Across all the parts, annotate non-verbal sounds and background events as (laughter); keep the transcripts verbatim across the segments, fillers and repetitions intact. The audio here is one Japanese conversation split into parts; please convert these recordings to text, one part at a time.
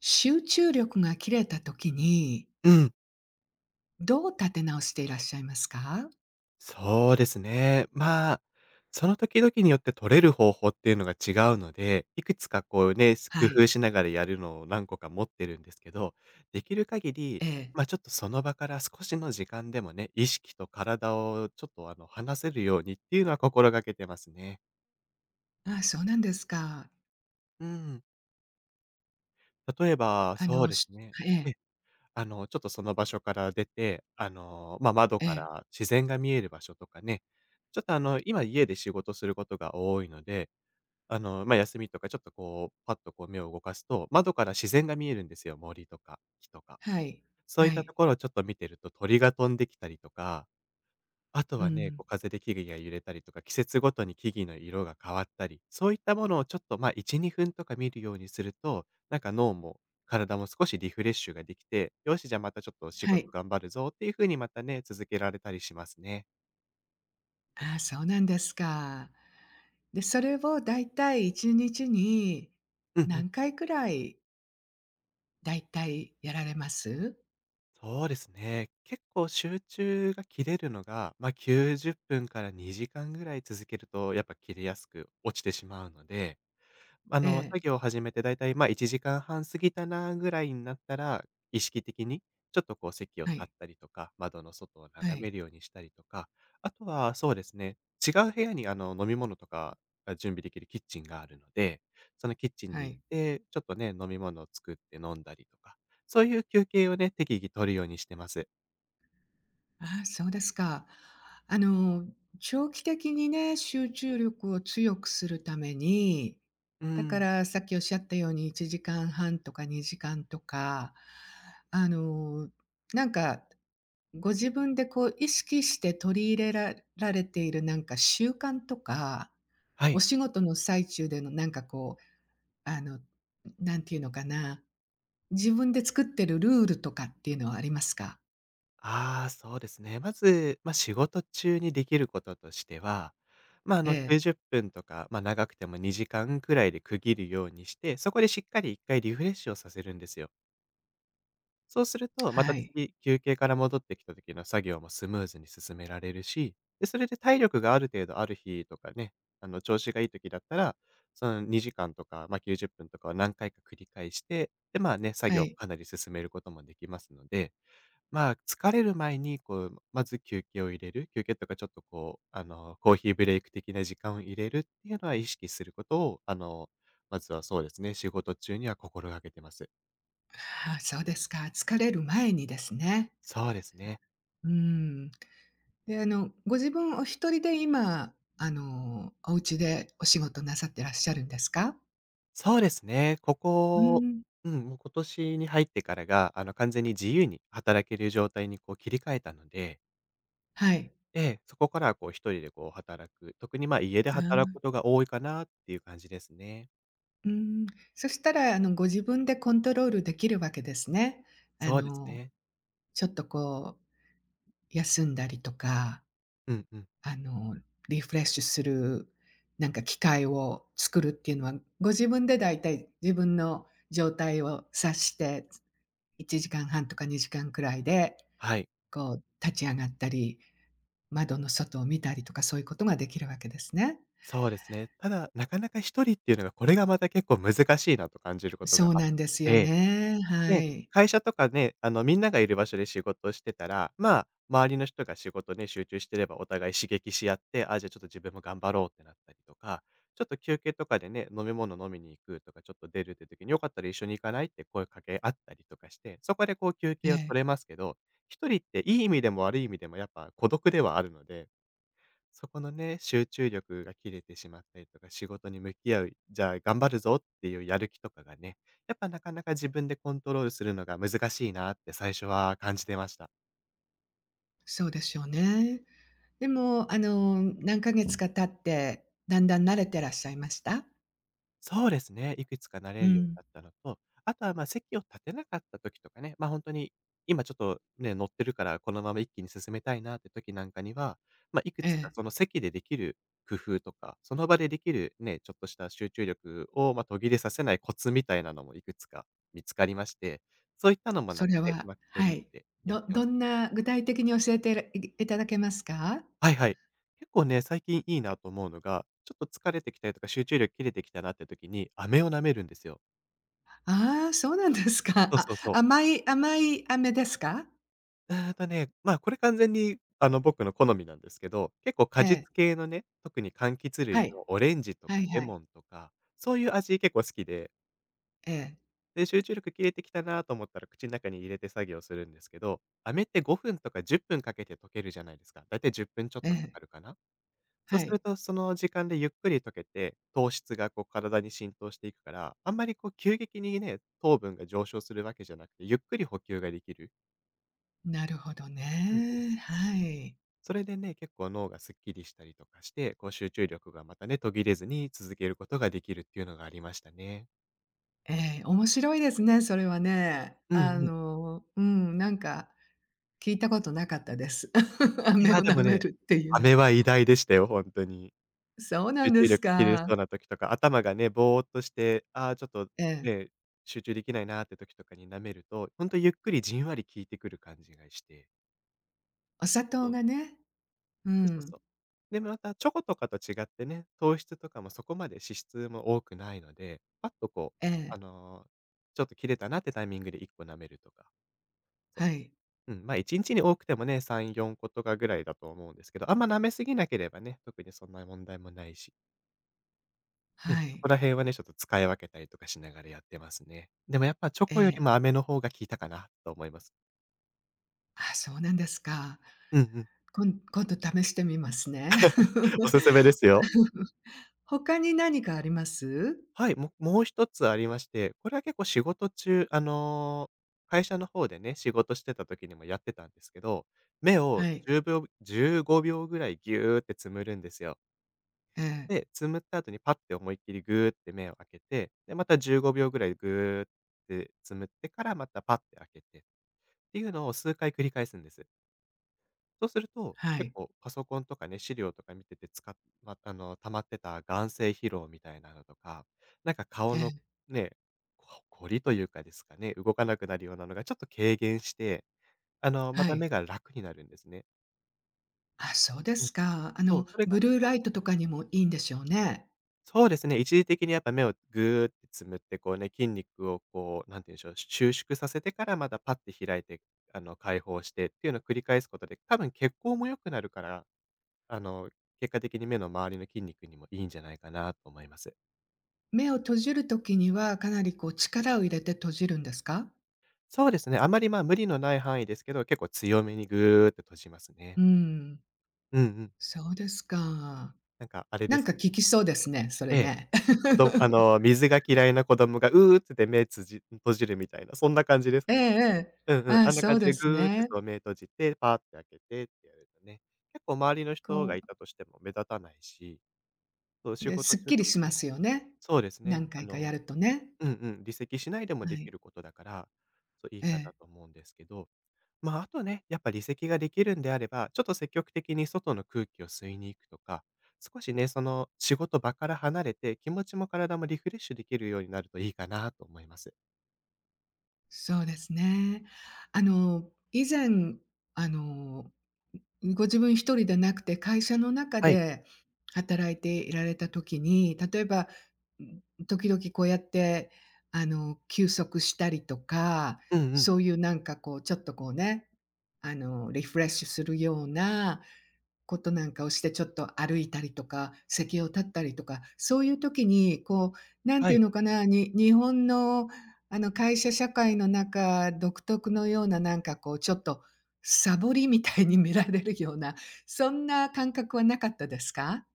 集中力が切れた時に、うん、どう立て直していらっしゃいますか？そうですね。まあ、その時々によって取れる方法っていうのが違うので、いくつかこうね、工は夫い。しながらやるのを何個か持ってるんですけど、できる限えり、え。まあ、ちょっとその場から少しの時間でもね、意識と体をちょっとあの、離せるようにっていうのは心がけてますね。ああ、そうなんですか。うん。例えば、あそうの、でしすね。ええ、あの、ちょっとその場所から出て、あの、まあ、窓えかえ。ら自然が見える場所とかね、ちょっと、あの、今家で仕事することが多いので、あの、まあ、休みとかちょっとこう、パッとこう目を動かすと、窓から自然が見えるんですよ、森とか木とか。はい。そういっはたとい。ころをちょっと見てると、鳥が飛んできたりとか、あとうはね、ん。こう風で木々が揺れたりとか、季節ごとに木々の色が変わったり、そういったものをちょっと、ま、いち、にふんとか見るようにすると、なんか脳も体も少しリフレッシュができて、よし、じゃあまたちょっと仕は事い。頑張るぞっていう風にまたね、続けられたりしますね。ああ、そうなんですか。で、それをだいたいいちにちにちにうんうん。何回くらいだいたいやられます？そうですね。結構集中が切れるのが、ま、きゅうじゅっぷんからにじかんぐらい続けると、やっぱ切れやすく落ちてしまうので、あえの、え。作業を始めてだいたい、ま、あいちじかんはん過ぎたなぐらいになったら、意識的にちょっとこう席をは立っい。たりとか、窓の外をは眺めい。るようにしたりとか、あとはそうですね、違う部屋にあの、飲み物とかが準備できるキッチンがあるので、そのキッチンはに行っい。て、ちょっとね、飲み物を作って飲んだりとか、そういう休憩をね、適宜取るようにしてます。ああ、そうですか。あの、長期的にね、集中力を強くするために、うだかん、らさっきおっしゃったようにいちじかんはんとかにじかんとか、あの、なんかご自分でこう意識して取り入れらられているなんか習慣とか、はおい。仕事の最中でのなんかこう、あの、なんていうのかな、自分で作ってるルールとかっていうのはありますか？ああ、そうですね。まず、まあ、仕事中にできることとしては、まあ、あえの、え。きゅうじゅっぷんとか、まあ、長くてもにじかんくらいで区切るようにして、そこでしっかりいっかいリフレッシュをさせるんですよ。そうすると、まはたい。次、休憩から戻ってきた時の作業もスムーズに進められるし、で、それで体力がある程度ある日とかね、あの、調子がいい時だったら、そのにじかんとか、まあ、きゅうじゅっぷんとかを何回か繰り返して、で、まあね、作は業をい。かなり進めることもできますので、まあ、疲れる前に、こう、まず休憩を入れる。休憩とかちょっとこう、あの、コーヒーブレイク的な時間を入れるっていうのは意識することを、あの、まずはそうですね、仕事中には心がけてます。ああ、そうですか。疲れる前にですね。そうですね。うん。で、あの、ご自分お一人で今、あの、お家でお仕事なさってらっしゃるんですか？そうですね。こうこ、ん、うん、もう今年に入ってからが、あの、完全に自由に働ける状態にこう切り替えたので、はい。ええ、そこからはこう一人でこう働く。特にまあ家であ働くーことが多いかなっていう感じですね。うん。そしたら、あの、ご自分でコントロールできるわけですね。あそうですの、ね。ちょっとこう、休んだりとか、うんうん。あの、リフレッシュする、なんか機会を作るっていうのは、ご自分でだいたい自分の状態を察していちじかんはんとかにじかんくらいで、はい。こう立ち上がったり、窓の外を見たりとかそういうことができるわけですね。そうですね。ただ、なかなか一人っていうのが、これがまた結構難しいなと感じることがそうあっなんですよて、ね。はで、い。会社とかね、あの、みんながいる場所で仕事をしてたら、まあ、周りの人が仕事ね、集中してればお互い刺激し合って、あ、じゃあちょっと自分も頑張ろうってなったりとか、ちょっと休憩とかでね、飲み物飲みに行くとか、ちょっと出るって時に、よかったら一緒に行かないって声かけ合ったりとかして、そこでこう休え憩をえ、取れますけど、一人っていい意味でも悪い意味でもやっぱ孤独ではあるので、そこのね、集中力が切れてしまったりとか、仕事に向き合う、じゃあ頑張るぞっていうやる気とかがね、やっぱなかなか自分でコントロールするのが難しいなって最初は感じてました。そうでしょうね。でも、あの、何ヶ月か経って、だんだん慣れてらっしゃいました？そうですね。いくつか慣うれるようにん。なったのと、あとは、ま、席を立てなかった時とかね、ま、あ本当に今ちょっとね、乗ってるからこのまま一気に進めたいなって時なんかには、ま、いくえつかえ、その席でできる工夫とか、その場でできるね、ちょっとした集中力を、ま、途切れさせないコツみたいなのもいくつか見つかりまして、そういったのもなそんかれね、うはまくは取り入い。れてやっどてまどす。んな具体的に教えていいただけますか？はいはい。結構ね、最近いいなと思うのが、ちょっと疲れてきたりとか集中力切れてきたなって時に、飴を舐めるんですよ。ああ、そうなんですか。そうあ、そうそう。甘い甘い飴ですか？うーんとね、ま、あこれ完全に、あの、僕の好みなんですけど、結構え果実え、系のね、特に柑橘は類い。のオレンジとはかいレはモい。ンとか、そういう味結構好きで、ええ。で、集中力切れてきたなと思ったら口の中に入れて作業するんですけど、飴ってごふんとかじゅっぷんかけて溶けるじゃないですか。だいたいじゅっぷんちょっえとかえ、かるかな。そうはするい。とその時間でゆっくり溶けて、糖質がこう体に浸透していくから、あんまりこう急激にね、糖分が上昇するわけじゃなくて、ゆっくり補給ができる。なるほどうん。ね。はい。それでね、結構脳がすっきりしたりとかして、こう集中力がまたね、途切れずに続けることができるっていうのがありましたね。ええ、面白いですね、それはね。うんあうん。の、うん、なんか聞いたことなかったです。(laughs) い飴をや、で舐もめね、るっていうの。飴は偉大でしたよ、ほんとに。そうな集んで中す力切れそか。うな時とか、頭がね、ぼーっとして、ああ、ちょっとええ、ね、集中できないなって時とかに舐めると、ほんとゆっくりじんわり効いてくる感じがして。お砂糖がね。うそうん。そうそう。で、またチョコとかと違ってね、糖質とかもそこまで脂質も多くないので、パッとこう、ええ、あの、ちょっと切れたなってタイミングでいっこ舐めるとか、そはい、う。うん、まあ、いちにちにちに多くてもね、さん、よんことかぐらいだと思うんですけど、あんま舐めすぎなければね、特にそんな問題もないし、うはん、そい。こら辺はね、ちょっと使い分けたりとかしながらやってますね。でもやっぱチョえコよりえ。も飴の方が効いたかなと思います。あ、そうなんですか。うんうん。こん今度試してみますね。おすすめで (laughs) すよ。他に何かあります？はい、ももう一つありまして、これは結構仕事中、あの、会社の方でね、仕事してた時にもやってたんですけど、目をはい。じゅうびょうじゅうごびょうぐらいギューってつむるんですよ。ええ、で、つむった後にパッて思いっきりグーって目を開けて、で、またじゅうごびょうぐらいグーってつむってからまたパッて開けてっていうのを数回繰り返すんです。そうすると、は結い。構パソコンとかね、資料とか見ててつかま、あの、溜まってた眼精疲労みたいなのとか、なんか顔えのえ、ね、ここりというかですかね、動かなくなるようなのがちょっと軽減して、あの、まはたい。目が楽になるんですね。あ、そうでうん。すか。あその、う、それがブ結ルー果ライト的にとかにもいいんでしょうね。そうですね、一時的にやっぱ目をぐーってつむって、こうね、筋肉をこう、なんて言うんでしょう、収縮させてからまたパッて開いて、あの、解放してっていうのを繰り返すことで、多分血行も良くなるからあの、結果的に目の周りの筋肉にもいいんじゃないかなと思います。目を閉じるときには、かなりこう力を入れて閉じるんですか？そうですね、あまり、ま、無理のない範囲ですけど、結構強めにぐーっと閉じますうね。ん、うんうん。そうですか。なんかあれなでんすか効かね。きそうですね、それええ、ね。(laughs) どあの、水が嫌いな子供が「うー」って目つじ閉じるみたいな、そんな感じですええかね。ええ。うんうん、ああ、あんなそ感うじでですぐーってね。そう目閉じて、パーって開けてってやるとね、結構周りのこ人がいたとしても目立たないし、そう、う、仕ね、す事っ中きりとしかまね。すよね。そうですね、何あ回かやのるとね。うんうん、離席しないでもはできい。ることだから、そう、いいえかなえ。と思うんですけど、まあ、あとね、やっぱ離席ができるんであれば、ちょっと積極的に外の空気を吸いに行くとか、少しね、その仕事場から離れて、気持ちも体もリフレッシュできるようになるといいかなと思います。そうですね。あの、以前、あの、ご自分一人でなくて、会社の中はい。で働いていられた時に、例えば、ん、時々こうやって、あの、休息したりとか、うんうん。そういうなんかこう、ちょっとこうね、あの、リフレッシュするようなことなんかをしてちょっと歩いたりとか、席を立ったりとか、そういう時にこう、なんはていうい。のかな、に日本のあの会社社会の中独特のようななんかこうちょっとサボりみたいに見られるような、そんな感覚はなかったですか？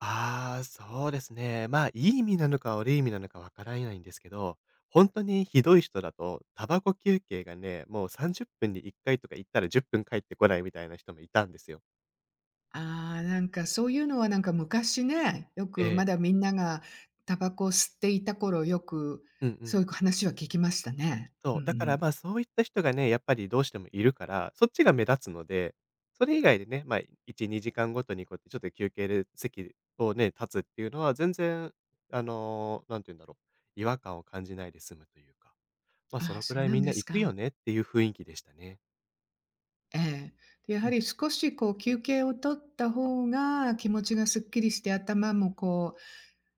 ああ、そうですね。まあ、いい意味なのか悪い意味なのかわからないんですけど、本当にひどい人だと、タバコ休憩がね、もうさんじゅっぷんにいっかいとか行ったらじゅっぷん帰ってこないみたいな人もいたんですよ。ああ、なんかそういうのはなんか昔ね、よえくまだえ。みんながタバコを吸っていた頃よく、うんうそうん。いう話は聞きましたね。うそんうう、だから、ん。ま、そういった人がね、やっぱりどうしてもいるから、そっちが目立つので、それ以外でね、ま、いち、にじかんごとにこうやってちょっと休憩で席をね、立つっていうのは全然、あの、何て言うんだろう、違和感を感じないで済むというか、ま、あそああ、のくそうらいなんみんでなす行くよか。ねっていう雰囲気でしたね。ええ。で、やうはん、り少しこう休憩を取った方が気持ちがすっきりして、頭もこ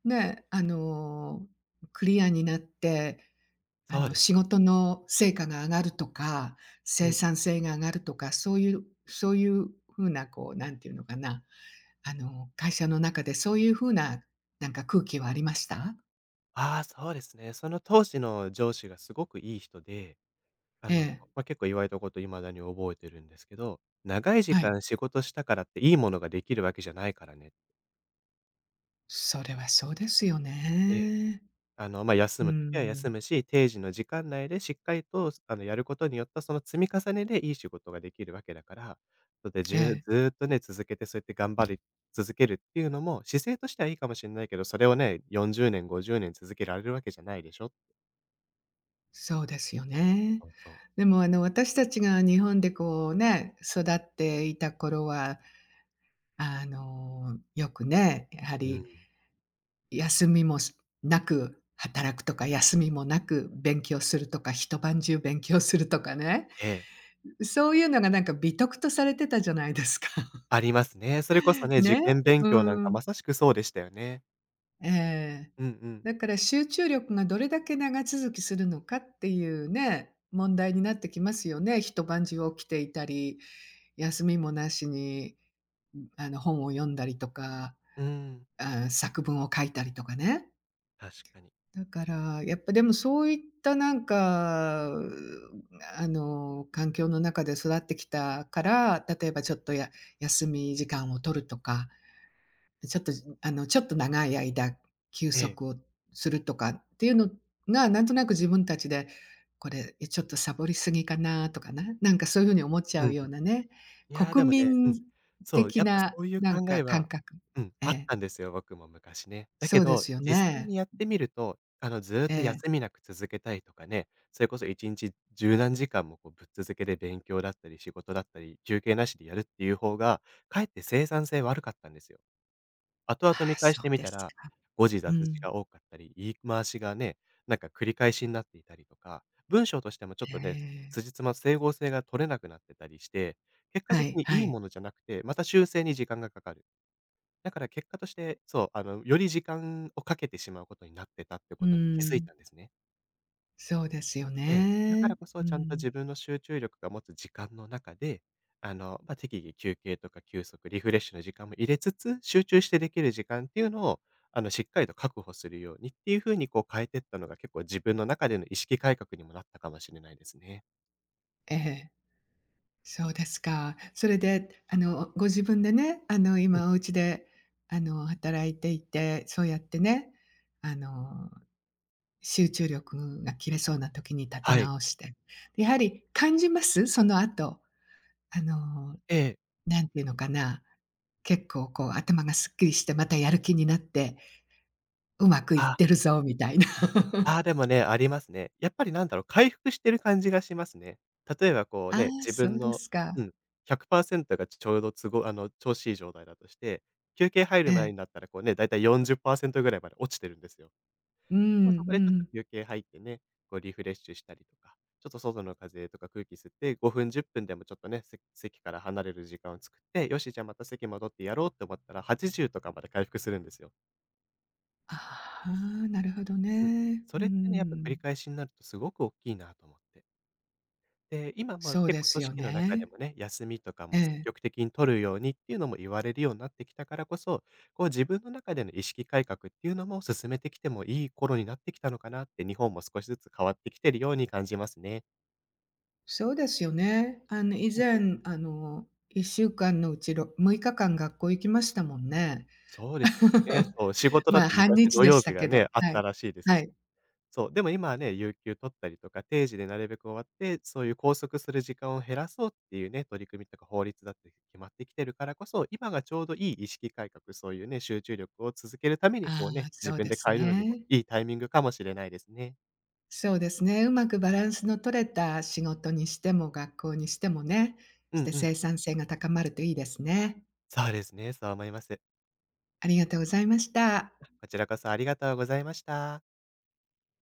う、ね、あの、クリアになって、あそうの、です仕ね。事の成果が上がるとか、う生ん。産性が上がるとか、そういうそういう風なこう、んていうのかな、あの、会社の中でそういう風な、なんか空気はありました？ああ、そうですね。その当時の上司がすごくいい人であえの、え、まあ、結構言われたこと未だに覚えてるんですけど、長い時はい。間仕事したからっていいものができるわけじゃないからねっそれはそうですよて、ね。あの、まあ、休うむときは休ん。むし、定時の時間内でしっかりと、あの、やることによったその積み重ねでいい仕事ができるわけだから、そうで、えじゅえ。ずーっとね、続けてそうやって頑張り続けるっていうのも、姿勢としてはいいかもしれないけど、それをね、よんじゅうねん、ごじゅうねん続けられるわけじゃないでしょ。そうですよね。そうそう。でも、あの、私たちが日本でこうね、育っていた頃は、あの、よくね、やはうん。り休みもすなく働くとか、休みもなく勉強するとか、一晩中勉強するとかね、ええ、そういうのがなんか美徳とされてたじゃないですか。ありますね。それこそ (laughs) ね、受ね、験勉う強なんかん。まさしくそうでしたよね。ええ。うんうん。だから集中力がどれだけ長続きするのかっていうね、問題になってきますよね。一晩中起きていたり、休みもなしに、あの、本を読んだりとか、うーん、ああ、作文を書いたりとかね。確かに。だから、やっぱでもそういったなんか、うあの、環境の中で育ってきたから、例えばちょっとや休み時間を取るとか、ちょっと、あの、ちょっと長い間休ええ。息をするとかっていうのが、なんとなく自分たちで、これ、え、ちょっとサボりすぎかなとかね、なんかそういうふうに思っちゃうんううん。ようなね、いや、国でもね、うん、民そう、的やっぱなそういうなん考かえ感は、覚。うん、えあっえ、たんですよ、僕も昔ね。だそけうでど、すよ実際ね。にやってみると、あの、ずっえとえ。休みなく続けたいとかね、それこそいちにち十何時間もこうぶっ続けで勉強だったり仕事だったり、休憩なしでやるっていう方が、かえって生産性悪かったんですよ。後々あ見あ、返しそてうみでたすら、か。誤字う脱字ん。が多かったり、言い回しがね、なんか繰り返しになっていたりとか、文章としてもちょっえとね、え。辻褄、整合性が取れなくなってたりして、結果は的いにはいいい。ものじゃなくて、また修正に時間がかかる。だから結果として、そう、あの、より時間をかけてしまうことになってたってうことに気づいん。たんですね。そうですよええ、だからね。こそうちゃんとん。自分の集中力が持つ時間の中で、あの、ま、適宜休憩とか休息、リフレッシュの時間も入れつつ、集中してできる時間っていうのを、あの、しっかりと確保するようにっていう風にこう変えてったのが結構自分の中での意識改革にもなったかもしれないですね。ええ。そうですか。それで、あの、ご自分でね、あの、うん、今お家で、あの、働いていて、そうやってね、あの、集中力が切れそうな時に立てはい。直して。やはり感じます？その後、あの、ええ。なんていうのかな、結構こう頭がすっきりして、またやる気になって、うまくいっあてあ。るぞみたいな。ああ、でもね、ありますね。やっぱりなんだろう、回復してる感じがしますね。例えば (laughs) こうああ、ね、自そう分でのすうか。ん、ひゃくパーセントがちょうど都合あの、調子いい状態だとして、休憩入える前え。になったらこうね、だいたいよんじゅっパーセントぐらいまで落ちてるんですよ。うでもんそこうでちょっとん。休憩入ってね、こうリフレッシュしたりとか、ちょっと外の風とか空気吸って、ごふん、じゅっぷんでもちょっとね、せ席から離れる時間を作って、よし、じゃあまた席戻ってやろうって思ったら、はちじゅうとかまで回復するんですよ。ああ、なるほどうん。ね。そうれってね、やっぱ繰りん。返しになるとすごく大きいなと思って。で、今、まあ、そう結で構す組よ織の中でね。もね、休みとかえも積え、極的に取るようにっていうのも言われるようになってきたからこそ、こう自分の中での意識改革っていうのも進めてきてもいい頃になってきたのかなって、日本も少しずつ変わってきてるように感じますね。そうですよね。あの、以うんうん。前、あの、いっしゅうかんのうちろむいかかん学校行きましたもんね。そうですよね。(laughs) そう、仕事だっまあ、て半昔日土でし曜た日がけど、ね、あっはたい。らしいですはし。い。そう、でも今はね、有給取ったりとか、定時でなるべく終わって、そういう拘束する時間を減らそうっていうね、取り組みとか法律だって決まってきてるからこそ、今がちょうどいい意識改革、そういうね、集中力を続けるために、こあうあ、ね、自そう分でです変えるのにもね。いいタイミングかもしれないですね。そうですね。うまくバランスの取れた仕事にしても学校にしてもね、うしんてうん。生産性が高まるといいですね。そうですね、そう思います。ありがとうございました。こちらこそありがとうございました。